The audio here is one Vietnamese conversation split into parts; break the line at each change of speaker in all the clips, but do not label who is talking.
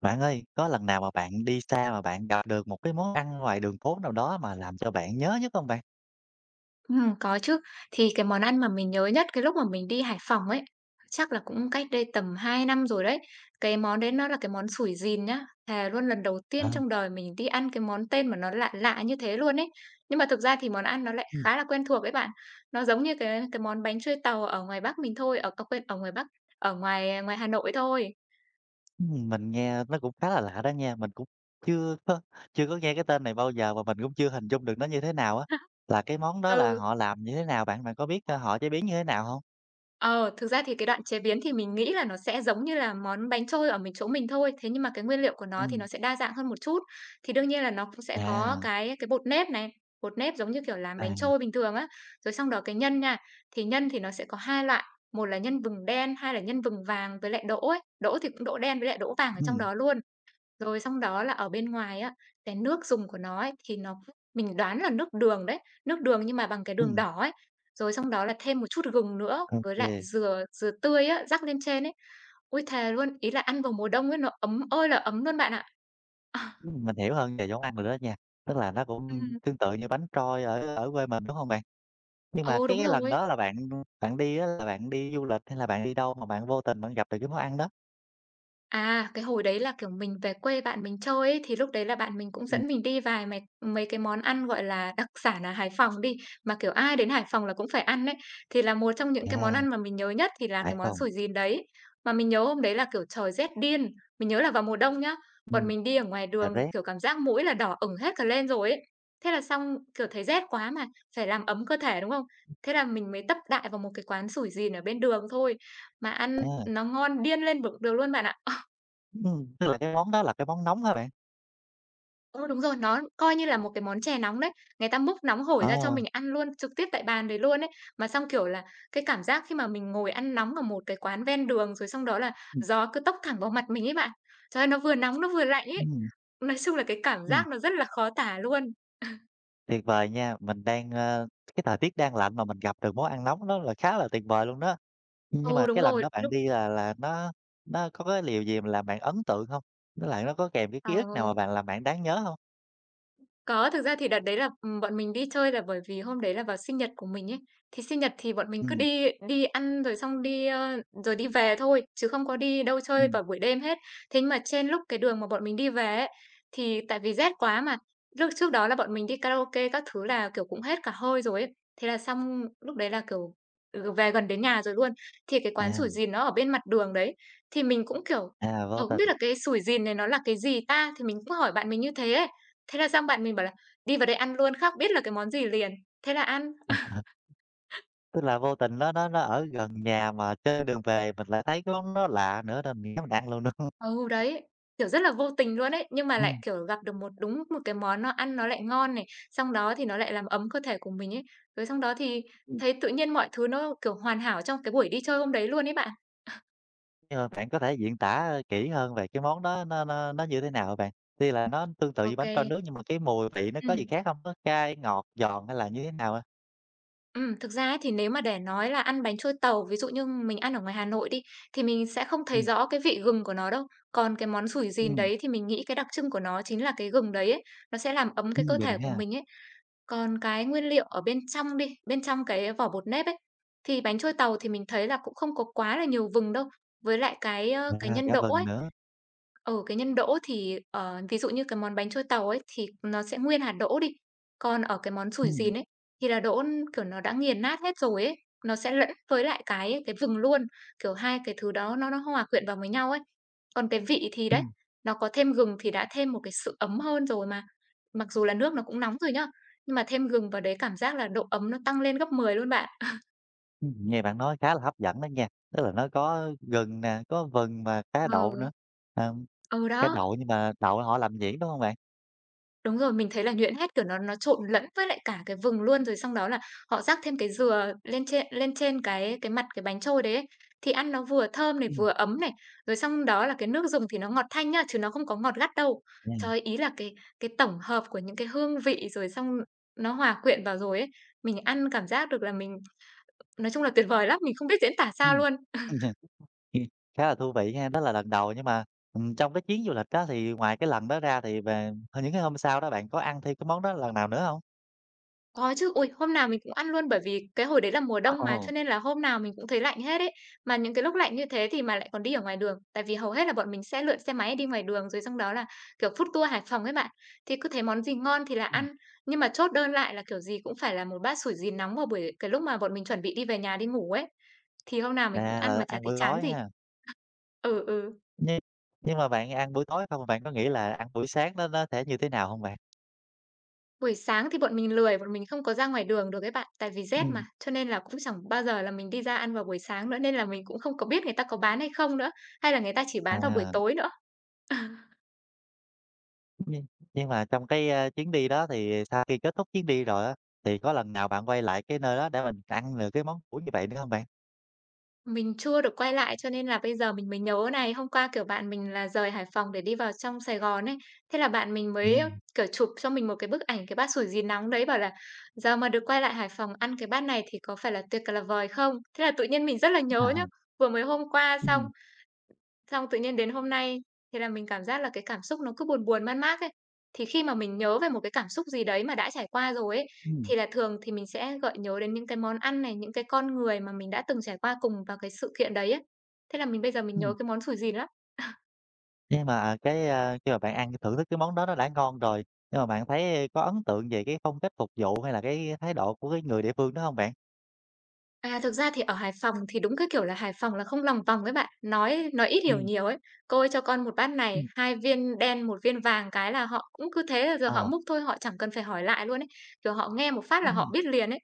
Bạn ơi, có lần nào mà bạn đi xa mà bạn gặp được một cái món ăn ngoài đường phố nào đó mà làm cho bạn nhớ nhất không bạn?
Có chứ. Thì cái món ăn mà mình nhớ nhất cái lúc mà mình đi Hải Phòng ấy, chắc là cũng cách đây tầm 2 năm rồi đấy. Cái món đấy nó là cái món sủi dìn nhá. Thề luôn lần đầu tiên
Ờ.
trong đời mình đi ăn cái món tên mà nó lạ lạ như thế luôn ấy. Nhưng mà thực ra thì món ăn nó lại
ừm,
khá là quen thuộc ấy bạn. Nó giống như cái món bánh trôi tàu ở ngoài Bắc mình thôi, à, quên, ở ngoài Bắc, ở ngoài ngoài Hà Nội thôi.
mình nghe nó cũng khá là lạ đó nha, mình cũng chưa có chưa có nghe cái tên này bao giờ và mình cũng chưa hình dung được nó như thế nào á. Là cái món đó là
Ừ.
họ làm như thế nào bạn? Bạn có biết, họ chế biến như thế nào không?
Ờ, thực ra thì cái đoạn chế biến thì mình nghĩ là nó sẽ giống như là món bánh trôi ở mình chỗ mình thôi, thế nhưng mà cái nguyên liệu của nó thì nó
Ừm,
sẽ đa dạng hơn một chút. Thì đương nhiên là nó cũng sẽ có
À,
cái bột nếp này, bột nếp giống như kiểu làm bánh
à,
trôi bình thường á, rồi xong đó cái nhân nha, thì nhân thì nó sẽ có 2 loại, một là nhân vừng đen, hai là nhân vừng vàng với lại đỗ ấy, đỗ thì cũng đỗ đen với lại đỗ vàng ở trong
ừm,
đó luôn. Rồi xong đó là ở bên ngoài á, cái nước dùng của nó ấy, thì nó mình đoán là nước đường đấy, nước đường nhưng mà bằng cái đường
ừm,
đỏ ấy. Rồi xong đó là thêm một chút gừng nữa
ô
với
kê,
lại dừa dừa tươi á, rắc lên trên ấy. Ôi, thề luôn, ý là ăn vào mùa đông ấy, nó ấm ơi là ấm luôn bạn ạ. À,
mình hiểu hơn về món ăn rồi đó nha, tức là nó cũng
ừ,
tương tự như bánh trôi ở ở quê mình, đúng không bạn? Nhưng mà
ồ
cái
đúng
cái lần
rồi.
đó là bạn bạn đi á, là bạn đi du lịch hay là bạn đi đâu mà bạn vô tình bạn gặp được cái món ăn đó?
À, cái hồi đấy là, kiểu, mình về quê bạn mình chơi ấy, thì lúc đấy là bạn mình cũng
Ừm.
dẫn mình đi vài mấy mấy cái món ăn, gọi là, đặc sản ở Hải Phòng đi, mà, kiểu, ai đến Hải Phòng là cũng phải ăn đấy. Thì là một trong những cái món
À,
ăn mà mình nhớ nhất thì là cái
phải
món
không?
sủi dìn đấy. Mà mình nhớ hôm đấy là, kiểu, trời rét điên, mình nhớ là vào mùa đông nhá, bọn
Ừm,
mình đi ở ngoài
cà
đường,
rét,
kiểu, cảm giác mũi là đỏ ửng hết cả lên rồi ấy. Thế là xong, kiểu, thấy rét quá mà, phải làm ấm cơ thể, đúng không? Thế là mình mới tấp đại vào một cái quán sủi dìn ở bên đường thôi, mà ăn
à,
nó ngon điên lên bực được luôn bạn ạ.
tức là cái món đó là cái món nóng hả bạn?
Ừ đúng rồi, nó coi như là một cái món chè nóng đấy. Người ta múc nóng hổi
Ờ.
ra cho mình ăn luôn, trực tiếp tại bàn đấy luôn ấy. Mà xong, kiểu là, cái cảm giác khi mà mình ngồi ăn nóng ở một cái quán ven đường, rồi xong đó là
Ừm.
gió cứ tốc thẳng vào mặt mình ấy bạn. Trời ơi, nó vừa nóng nó vừa lạnh ấy.
Ừm.
Nói chung là cái cảm
Ừm,
giác nó rất là khó tả luôn.
tuyệt vời nha, mình đang, cái thời tiết đang lạnh mà mình gặp được món ăn nóng đó là khá là tuyệt vời luôn đó. Nhưng
Ừ,
mà
đúng
cái lần
rồi,
đó bạn
lúc
đi là nó có cái điều gì mà làm bạn ấn tượng hông? Với lại nó có kèm cái ký ức nào
ờ.
mà bạn làm bạn đáng nhớ hông?
Có, thực ra thì đợt đấy là, bọn mình đi chơi là bởi vì hôm đấy là vào sinh nhật của mình ấy. Thì sinh nhật thì bọn mình cứ
Ừm.
đi đi ăn rồi xong đi, rồi đi về thôi, chứ không có đi đâu chơi
Ừm.
vào buổi đêm hết. Thế nhưng mà trên lúc cái đường mà bọn mình đi về ấy, thì tại vì rét quá mà, lúc trước đó là bọn mình đi karaoke các thứ là, kiểu, cũng hết cả hơi rồi ấy. Thế là xong lúc đấy là, kiểu, ừ, về gần đến nhà rồi luôn, thì cái quán
À,
sủi dìn nó ở bên mặt đường đấy, thì mình cũng, kiểu,
à, vô
không biết
tình.
là cái sủi dìn này nó là cái gì ta? Thì mình cũng hỏi bạn mình như thế ấy. Thế là xong bạn mình bảo là "Đi vào đây ăn luôn, khác biết là cái món gì liền." Thế là ăn.
Tức là vô tình nó ở gần nhà mà trên đường về mình lại thấy có nó lạ nữa nên mình nhắm mình ăn luôn luôn.
Ừ, đấy, kiểu, rất là vô tình luôn ấy, nhưng mà lại,
Ừm,
kiểu, gặp được một đúng một cái món nó ăn nó lại ngon này, xong đó thì nó lại làm ấm cơ thể của mình ấy. Rồi xong đó thì
ừm,
thấy tự nhiên mọi thứ nó, kiểu, hoàn hảo trong cái buổi đi chơi hôm đấy luôn ấy bạn.
nhưng mà bạn có thể diễn tả kỹ hơn về cái món đó nó như thế nào hả bạn? Tuy là nó tương tự
Ô
như bánh
kê,
trôi nước nhưng mà cái mùi vị nó có gì
ừm.
khác không? Nó cay, ngọt, giòn hay là như thế nào ha?
Thực ra ấy thì nếu mà để nói là ăn bánh trôi tàu, ví dụ như mình ăn ở ngoài Hà Nội đi, thì mình sẽ không thấy
Ừm.
rõ cái vị gừng của nó đâu. Còn cái món sủi dìn
Ừm.
đấy thì mình nghĩ cái đặc trưng của nó chính là cái gừng đấy ấy, nó sẽ làm ấm cái
Ừm,
cơ
gừng
thể của
ha,
mình ấy. Còn cái nguyên liệu ở bên trong đi, bên trong cái vỏ bột nếp ấy, thì bánh trôi tàu thì mình thấy là cũng không có quá là nhiều vừng đâu, với lại cái
à,
nhân
cả
đỗ
vừng
ấy.
nữa.
Ở cái nhân đỗ thì, ờ, ví dụ như cái món bánh trôi tàu ấy thì nó sẽ nguyên hạt đỗ đi, còn ở cái món sủi
Ừm.
dìn ấy, thì là kiểu, nó đã nghiền nát hết rồi ấy, nó sẽ lẫn với lại cái vừng luôn, kiểu, hai cái thứ đó nó hòa quyện vào với nhau ấy. Còn cái vị thì đấy,
Ừm.
nó có thêm gừng thì đã thêm một cái sự ấm hơn rồi mà, mặc dù là nước nó cũng nóng rồi nhá. Nhưng mà thêm gừng vào đấy cảm giác là độ ấm nó tăng lên gấp 10 luôn bạn.
Ừm, nghe bạn nói khá là hấp dẫn đó nha, tức là nó có gừng nè, có vừng và cá đậu
Ừ,
nữa, à,
ừ,
cá
đó,
đậu nhưng mà đậu họ làm nhuyễn, đúng không bạn?
đúng rồi, mình thấy là nhuyễn hết, kiểu, nó trộn lẫn với lại cả cái vừng luôn, rồi xong đó là họ rắc thêm cái dừa lên trên cái mặt cái bánh trôi đấy ấy, thì ăn nó vừa thơm này,
Ừm,
vừa ấm này, rồi xong đó là cái nước dùng thì nó ngọt thanh nhá, chứ nó không có ngọt gắt đâu.
yeah.
Trời ơi, ý là cái tổng hợp của những cái hương vị rồi xong nó hòa quyện vào rồi ấy, mình ăn cảm giác được là mình nói chung là tuyệt vời lắm, mình không biết diễn tả sao
Ừm.
luôn.
Khá là thú vị ha, đó là lần đầu nhưng mà, trong cái chuyến du lịch đó thì ngoài cái lần đó ra thì về những cái hôm sau đó bạn có ăn thêm cái món đó lần nào nữa không?
Có chứ, ui hôm nào mình cũng ăn luôn bởi vì cái hồi đấy là mùa đông mà,
Ồ.
cho nên là hôm nào mình cũng thấy lạnh hết ấy. Mà những cái lúc lạnh như thế thì mà lại còn đi ở ngoài đường, tại vì hầu hết là bọn mình sẽ lượn xe máy đi ngoài đường, rồi xong đó là, kiểu, food tour Hải Phòng ấy bạn, thì cứ thấy món gì ngon thì là
Ừm.
ăn. Nhưng mà chốt đơn lại là kiểu gì cũng phải là một bát sủi dì nóng vào buổi cái lúc mà bọn mình chuẩn bị đi về nhà đi ngủ ấy, thì hôm nào
À,
mình cũng ăn
là
mà chả
ăn
thấy
buổi
chán
tối
gì.
ha.
Ừ, ừ.
Nhưng nhưng mà bạn ăn buổi tối không? Bạn có nghĩ là ăn buổi sáng nó sẽ như thế nào không bạn?
Buổi sáng thì bọn mình lười, bọn mình không có ra ngoài đường được các bạn, tại vì rét mà,
Ừm.
cho nên là cũng chẳng bao giờ là mình đi ra ăn vào buổi sáng nữa, nên là mình cũng không có biết người ta có bán hay không nữa, hay là người ta chỉ bán vào buổi
À,
tối nữa.
nhưng nhưng mà trong cái, chuyến đi đó thì sau khi kết thúc chuyến đi rồi á, thì có lần nào bạn quay lại cái nơi đó để mình ăn được cái món cũ như vậy nữa không bạn?
Mình chưa được quay lại cho nên là bây giờ mình mới nhớ này, hôm qua, kiểu, bạn mình là rời Hải Phòng để đi vào trong Sài Gòn ấy, thế là bạn mình mới,
À.
kiểu, chụp cho mình một cái bức ảnh cái bát sủi gì nóng đấy, bảo là "Giờ mà được quay lại Hải Phòng ăn cái bát này thì có phải là tuyệt c là vời không?" Thế là tự nhiên mình rất là nhớ
À.
nhá, vừa mới hôm qua xong.
Ừm.
Xong tự nhiên đến hôm nay, thì là mình cảm giác là cái cảm xúc nó cứ buồn buồn, man mác ấy. Thì khi mà mình nhớ về một cái cảm xúc gì đấy mà đã trải qua rồi ấy,
Ừm.
thì là thường thì mình sẽ gợi nhớ đến những cái món ăn này, những cái con người mà mình đã từng trải qua cùng vào cái sự kiện đấy ấy. Thế là mình bây giờ mình nhớ cái món sủi dìn lắm.
Nhưng mà, à, cái, khi mà bạn ăn thưởng thức cái món đó nó đã ngon rồi, nhưng mà bạn thấy có ấn tượng về cái phong cách phục vụ hay là cái thái độ của cái người địa phương đó không bạn?
À, thực ra thì ở Hải Phòng thì đúng cái kiểu là Hải Phòng là không lòng vòng ấy bạn, nói ít
Ừ.
hiểu nhiều ấy. "Cô ơi, cho con một bát này,
Ừm.
2 viên đen, một viên vàng" cái là họ cũng cứ thế là giờ họ
Ờ.
múc thôi, họ chẳng cần phải hỏi lại luôn ấy. Kiểu, họ nghe một phát là họ
Ừm.
biết liền ấy.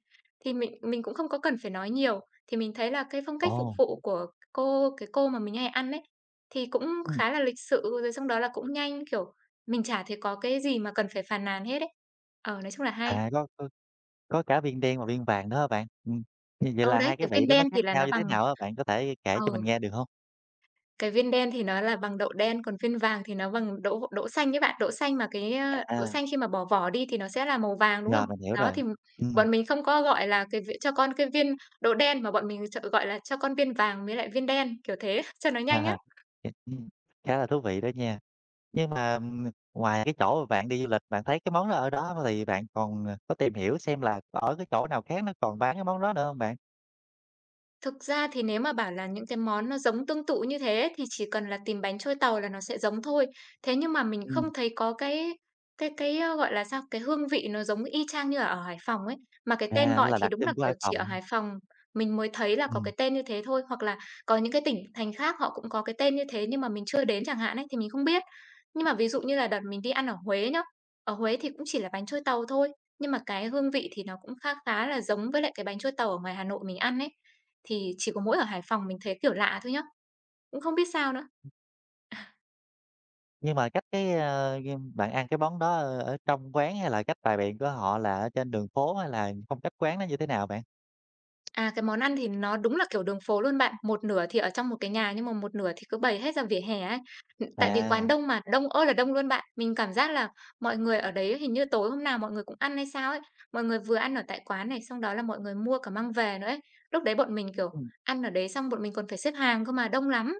Thì mình cũng không có cần phải nói nhiều, thì mình thấy là cái phong cách phục
Ồ.
vụ của cái cô mà mình hay ăn ấy, thì cũng
Ừm,
khá là lịch sự, rồi xong đó là cũng nhanh, kiểu, mình chả thấy có cái gì mà cần phải phàn nàn hết ấy. Ờ, nói chung là hay.
à, có cả viên đen và viên vàng đó hả bạn? Như vậy
Ừ,
là hai
đấy,
cái
cái
vị
viên
đó nó
đen
khác
thì là
nhau
nó
như
bằng
thế nào á, bạn có thể kể
ờ.
cho mình nghe được không?
Cái viên đen thì nó là bằng đậu đen, còn viên vàng thì nó bằng đỗ đỗ xanh ấy bạn. Đỗ xanh mà cái, đỗ
À,
xanh khi mà bỏ vỏ đi thì nó sẽ là màu vàng, đúng
rồi,
không?
mình hiểu
Đó,
rồi.
thì
Ừm,
bọn mình không có gọi là cái v cho con cái viên đỗ đen mà bọn mình ch gọi là cho con viên vàng với lại viên đen, kiểu thế, cho nó nhanh á.
à, ừm, khá là thú vị đó nha. Nhưng mà, ngoài cái chỗ mà bạn đi du lịch, bạn thấy cái món đó ở đó thì bạn còn, ờ, có tìm hiểu xem là ở cái chỗ nào khác nó còn bán cái món đó nữa hông bạn?
Thực ra thì nếu mà bảo là những cái món nó giống tương tự như thế thì chỉ cần là tìm bánh trôi tàu là nó sẽ giống thôi. Thế nhưng mà mình
Ừm.
không thấy có cái gọi là sao, cái hương vị nó giống y chang như là ở Hải Phòng ấy. Mà cái tên
À,
gọi
là
thì
đặc
đúng là,
trưng của
kiểu,
Hải
chỉ
Phòng
ở
ha.
Hải Phòng mình mới thấy là có
Ừm,
cái tên như thế thôi, hoặc là có những cái tỉnh thành khác họ cũng có cái tên như thế nhưng mà mình chưa đến chẳng hạn ấy, thì mình không biết. Nhưng mà ví dụ như là đợt mình đi ăn ở Huế nhá, ở Huế thì cũng chỉ là bánh trôi tàu thôi, nhưng mà cái hương vị thì nó cũng khá khá là giống với lại cái bánh trôi tàu ở ngoài Hà Nội mình ăn ấy. Thì chỉ có mỗi ở Hải Phòng mình thấy kiểu lạ thôi nhá, cũng không biết sao nữa.
nhưng mà cách cái, bạn ăn cái món đó ở ở trong quán hay là cách bày biện của họ là ở trên đường phố hay là phong cách quán nó như thế nào bạn?
À, cái món ăn thì nó đúng là kiểu đường phố luôn bạn, một nửa thì ở trong một cái nhà nhưng mà một nửa thì cứ bày hết ra vỉa hè ấy. Tại vì quán
À.
đông mà, đông ơi là đông luôn bạn. Mình cảm giác là mọi người ở đấy hình như tối hôm nào mọi người cũng ăn hay sao ấy, mọi người vừa ăn ở tại quán này, xong đó là mọi người mua cả mang về nữa ấy. Lúc đấy bọn mình, kiểu,
Ừm.
ăn ở đấy xong bọn mình còn phải xếp hàng cơ mà, đông lắm.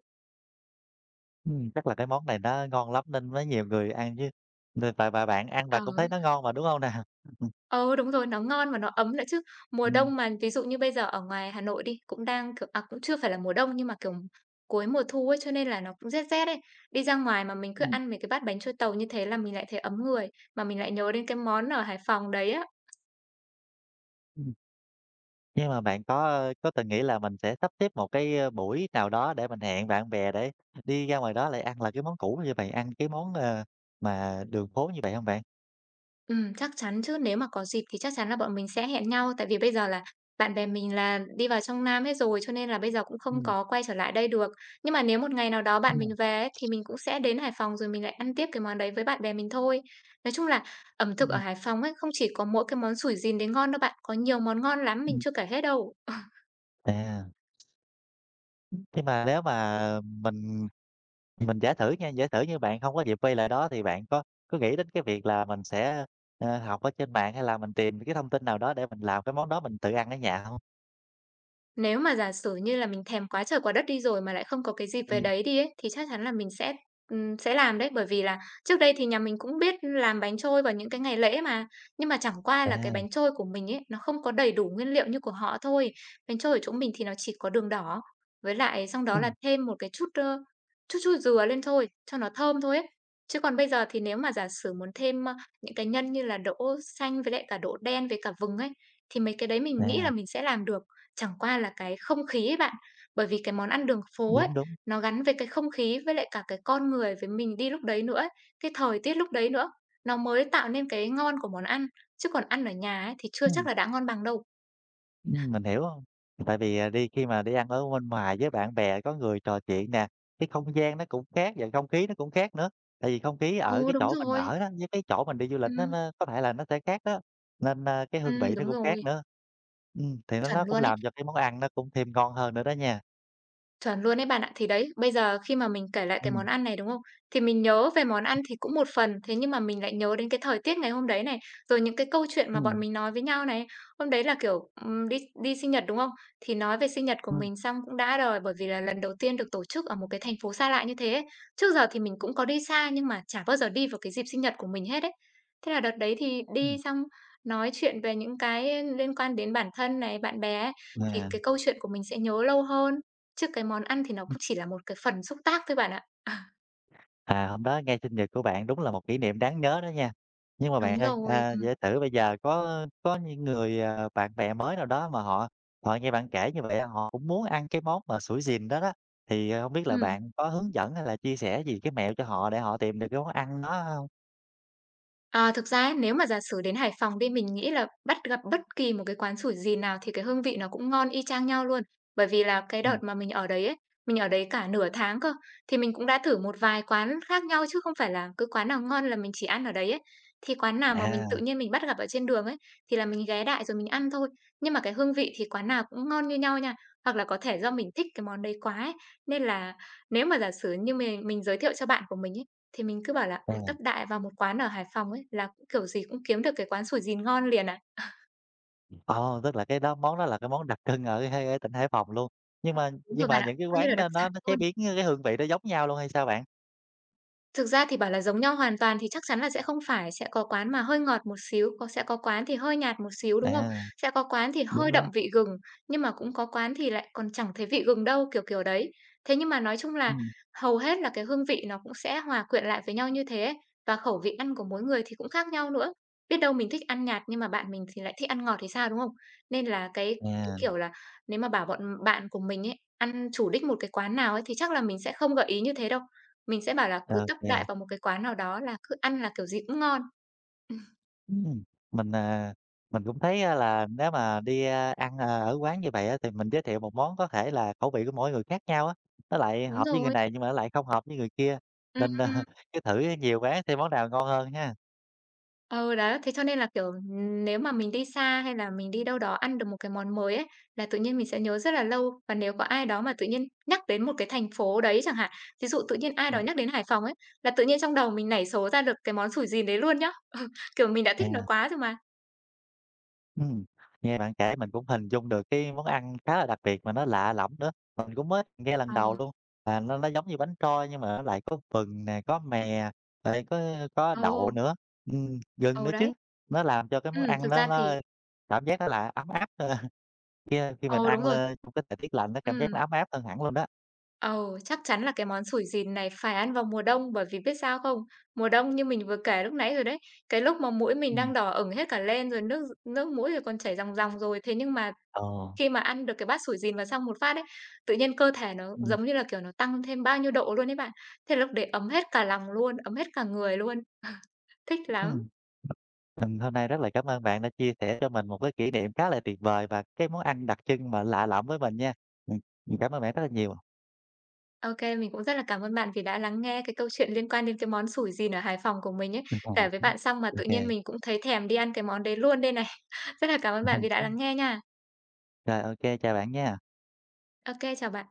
Ừm, chắc là cái món này nó ngon lắm nên mới nhiều người ăn chứ, nên và bạn ăn
Ờ.
bạn cũng thấy nó ngon mà, đúng hông nè? Ừm.
Ừ, đúng rồi, nó ngon và nó ấm nữa chứ. Mùa
Ừm.
đông mà ví dụ như bây giờ ở ngoài Hà Nội đi, cũng đang, kiểu à, cũng chưa phải là mùa đông nhưng mà, kiểu, cuối mùa thu ấy, cho nên là nó cũng rét rét ấy. Đi ra ngoài mà mình cứ
Ừm.
ăn mấy cái bát bánh trôi tàu như thế là mình lại thấy ấm người, mà mình lại nhớ đến cái món ở Hải Phòng đấy á.
Ừm. Nhưng mà bạn có, có từng nghĩ là mình sẽ sắp xếp một cái, buổi nào đó để mình hẹn bạn bè để đi ra ngoài đó lại ăn là cái món cũ như vậy, ăn cái món, mà đường phố như vậy không bạn?
Chắc chắn chứ. Nếu mà có dịp thì chắc chắn là bọn mình sẽ hẹn nhau, tại vì bây giờ là bạn bè mình là đi vào trong Nam hết rồi, cho nên là bây giờ cũng không
Ừm.
có quay trở lại đây được. Nhưng mà nếu một ngày nào đó bạn mình
Ừm.
về ấy, thì mình cũng sẽ đến Hải Phòng rồi mình lại ăn tiếp cái món đấy với bạn bè mình thôi. Nói chung là ẩm thực ở
Ừm.
Hải Phòng ấy, không chỉ có mỗi cái món sủi gìn đấy ngon đâu bạn, có nhiều món ngon lắm, mình
Ừm.
chưa kể hết đâu.
À, nhưng mà nếu mà mình giả thử nha, giả thử như bạn không có dịp quay lại đó thì bạn có nghĩ đến cái việc là mình sẽ, học ở trên mạng hay là mình tìm cái thông tin nào đó để mình làm cái món đó mình tự ăn ở nhà không?
Nếu mà giả sử như là mình thèm quá trời quá đất đi rồi mà lại không có cái dịp về
Ừm.
đấy đi ấy, thì chắc chắn là mình sẽ làm đấy. Bởi vì là trước đây thì nhà mình cũng biết làm bánh trôi vào những cái ngày lễ mà, nhưng mà chẳng qua là
À.
cái bánh trôi của mình ấy, nó không có đầy đủ nguyên liệu như của họ thôi. Bánh trôi ở chỗ mình thì nó chỉ có đường đỏ, với lại xong đó là
Ừm.
thêm một cái chút, ơ, chút chút dừa lên thôi, cho nó thơm thôi ấy. Chứ còn bây giờ thì nếu mà giả sử muốn thêm những cái nhân như là đỗ xanh với lại cả đỗ đen với cả vừng ấy, thì mấy cái đấy mình nghĩ
À,
là mình sẽ làm được. Chẳng qua là cái không khí ấy bạn, bởi vì cái món ăn đường phố ấy,
đúng, đúng.
nó gắn với cái không khí với lại cả cái con người với mình đi lúc đấy nữa ấy, cái thời tiết lúc đấy nữa, nó mới tạo nên cái ngon của món ăn, chứ còn ăn ở nhà ấy thì chưa chắc
Ừm.
là đã ngon bằng đâu.
Mình hiểu hông? Tại vì, à, đi khi mà đi ăn ở bên ngoài với bạn bè có người trò chuyện nè, cái không gian nó cũng khác và không khí nó cũng khác nữa. Tại vì không khí ở
Ừ,
cái
đúng
chỗ mình
rồi.
ở đó, với cái chỗ mình đi du lịch nó
Ừm,
có thể là nó sẽ khác đó, nên, cái hương vị nó
đúng
cũng khác
rồi,
nữa. Thì nó
chuẩn
cũng
luôn ấy.
làm cho cái món ăn nó cũng thêm ngon hơn nữa đó nha.
Chuẩn luôn đấy bạn ạ. Thì đấy, bây giờ khi mà mình kể lại cái món
Ừm.
ăn này, đúng không? Thì mình nhớ về món ăn thì cũng một phần, thế nhưng mà mình lại nhớ đến cái thời tiết ngày hôm đấy này, rồi những cái câu chuyện mà
Ừm.
bọn mình nói với nhau này. Hôm đấy là, kiểu, đi đi sinh nhật, đúng không? Thì nói về sinh nhật của
Ừm.
mình xong cũng đã rồi, bởi vì là lần đầu tiên được tổ chức ở một cái thành phố xa lạ như thế ấy. Trước giờ thì mình cũng có đi xa nhưng mà chả bao giờ đi vào cái dịp sinh nhật của mình hết ấy. Thế là đợt đấy thì đi
Ừm.
xong nói chuyện về những cái liên quan đến bản thân này, bạn bè ấy, thì
À.
cái câu chuyện của mình sẽ nhớ lâu hơn. Chứ cái món ăn thì nó cũng chỉ là một cái phần xúc tác thôi bạn ạ. À,
À, hôm đó ngay sinh nhật của bạn đúng là một kỷ niệm đáng nhớ đó nha. Nhưng mà bạn
đúng
ơi,
rồi,
à, giả sử bây giờ có những người, à, bạn bè mới nào đó mà họ họ nghe bạn kể như vậy họ cũng muốn ăn cái món mà sủi dìn đó đó, thì, à, hông biết là
ừm.
bạn có hướng dẫn hay là chia sẻ gì cái mẹo cho họ để họ tìm được cái món ăn đó không?
Ờ, thực ra ấy, nếu mà giả sử đến Hải Phòng đi, mình nghĩ là bắt gặp bất kỳ một cái quán sủi gì nào thì cái hương vị nó cũng ngon y chang nhau luôn. Bởi vì là cái đợt
Ừm.
mà mình ở đấy ấy, mình ở đấy cả nửa tháng cơ, thì mình cũng đã thử một vài quán khác nhau chứ không phải là cứ quán nào ngon là mình chỉ ăn ở đấy ấy. Thì quán nào mà mình
À,
tự nhiên mình bắt gặp ở trên đường ấy thì là mình ghé đại rồi mình ăn thôi. Nhưng mà cái hương vị thì quán nào cũng ngon như nhau nha. Hoặc là có thể do mình thích cái món đấy quá ấy. Nên là nếu mà giả sử như mình giới thiệu cho bạn của mình ấy thì mình cứ bảo là
ra
"Ừ,
là
tấp đại vào một quán ở Hải Phòng ấy, là cũng kiểu gì cũng kiếm được cái quán sủi dìn ngon liền à."
ồ, tức là cái đó món đó là cái món đặc trưng ở hay ở tỉnh Hải Phòng luôn, nhưng mà
Đúng
nhưng
rồi
mà
bạn ạ,
những cái
coi như là
quán
đặc
đó nó
sản
chế
luôn.
biến, cái hương vị nó giống nhau luôn hay sao bạn?
Thực ra thì bảo là giống nhau hoàn toàn thì chắc chắn là sẽ không phải, sẽ có quán mà hơi ngọt một xíu, có sẽ có quán thì hơi nhạt một xíu, đúng không?
À,
Sẽ có quán thì
đúng,
hơi đậm
đúng.
vị gừng, nhưng mà cũng có quán thì lại còn chẳng thấy vị gừng đâu, kiểu kiểu đấy. Thế nhưng mà nói chung là
Ừm,
hầu hết là cái hương vị nó cũng sẽ hòa quyện lại với nhau như thế ấy, và khẩu vị ăn của mỗi người thì cũng khác nhau nữa. Biết đâu mình thích ăn nhạt nhưng mà bạn mình thì lại thích ăn ngọt thì sao, đúng không? Nên là cái
à,
kiểu là nếu mà bảo bọn bạn của mình ấy, ăn chủ đích một cái quán nào ấy thì chắc là mình sẽ không gợi ý như thế đâu. Mình sẽ bảo là cứ tấp đại
ok.
vào một cái quán nào đó là cứ ăn là kiểu gì cũng ngon. Ừm,
Ừm, mình, à, mình cũng thấy, a, là nếu mà đi, a, ăn, à, ở quán như vậy á, thì mình giới thiệu một món có thể là khẩu vị của mỗi người khác nhau á, nó lại
đúng
hợp với người
rồi.
này nhưng mà nó lại không hợp với người kia,
Ừm,
nên, a,
ừm.
cứ thử nhiều quán xem món nào ngon hơn ha.
Ừ, đó, thế cho nên là, kiểu, nếu mà mình đi xa hay là mình đi đâu đó ăn được một cái món mới ấy, là tự nhiên mình sẽ nhớ rất là lâu. Và nếu có ai đó mà tự nhiên nhắc đến một cái thành phố đấy chẳng hạn, thí dụ tự nhiên ai đó
Ừm,
nhắc đến Hải Phòng ấy, là tự nhiên trong đầu mình nảy số ra được cái món sủi dìn đấy luôn nhá. Kiểu, mình đã thích
à.
nó quá rồi mà.
Ừm, nghe bạn kể mình cũng hình dung được cái món ăn khá là đặc biệt mà nó lạ lẫm nữa, mình cũng mới nghe lần
Ờ,
đầu luôn, là nó giống như bánh trôi nhưng mà nó lại có vừng nè, có mè, lại có đậu
ừ,
nữa, gừng
ừ,
nữa
đấy.
chứ. Nó làm cho cái món ăn
Thực
nó
ra thì
cảm giác nó là ấm áp, khi khi mình
ừ, đúng
ăn
rồi.
lên trong cái thời tiết lạnh nó cảm giác
Ừm.
nó ấm áp hơn hẳn luôn đó.
Ồ, chắc chắn là cái món sủi dìn này phải ăn vào mùa đông bởi vì biết sao không? Mùa đông như mình vừa kể lúc nãy rồi đấy, cái lúc mà mũi mình
Ừm.
đang đỏ ửng hết cả lên rồi nước nước mũi rồi còn chảy ròng ròng rồi, thế nhưng mà
Ờ.
khi mà ăn được cái bát sủi dìn vào xong một phát ấy, tự nhiên cơ thể nó
Ừm.
giống như là, kiểu, nó tăng thêm bao nhiêu độ luôn ấy bạn. Thế là lúc đấy ấm hết cả lòng luôn, ấm hết cả người luôn, thích lắm.
Ừm, mình hôm nay rất là cảm ơn bạn đã chia sẻ cho mình một cái kỷ niệm khá là tuyệt vời và cái món ăn đặc trưng mà lạ lẫm với mình nha. Ừm, mình cảm ơn bạn rất là nhiều.
OK, mình cũng rất là cảm ơn bạn vì đã lắng nghe cái câu chuyện liên quan đến cái món sủi dìn ở Hải Phòng của mình ấy.
Ờ.
Kể với bạn xong mà
Ô
tự
kê.
nhiên
Ừm.
mình cũng thấy thèm đi ăn cái món đấy luôn đây này. Rất là cảm ơn bạn vì đã lắng nghe nha.
Rồi, ô kê, chào bạn nha.
OK, chào bạn.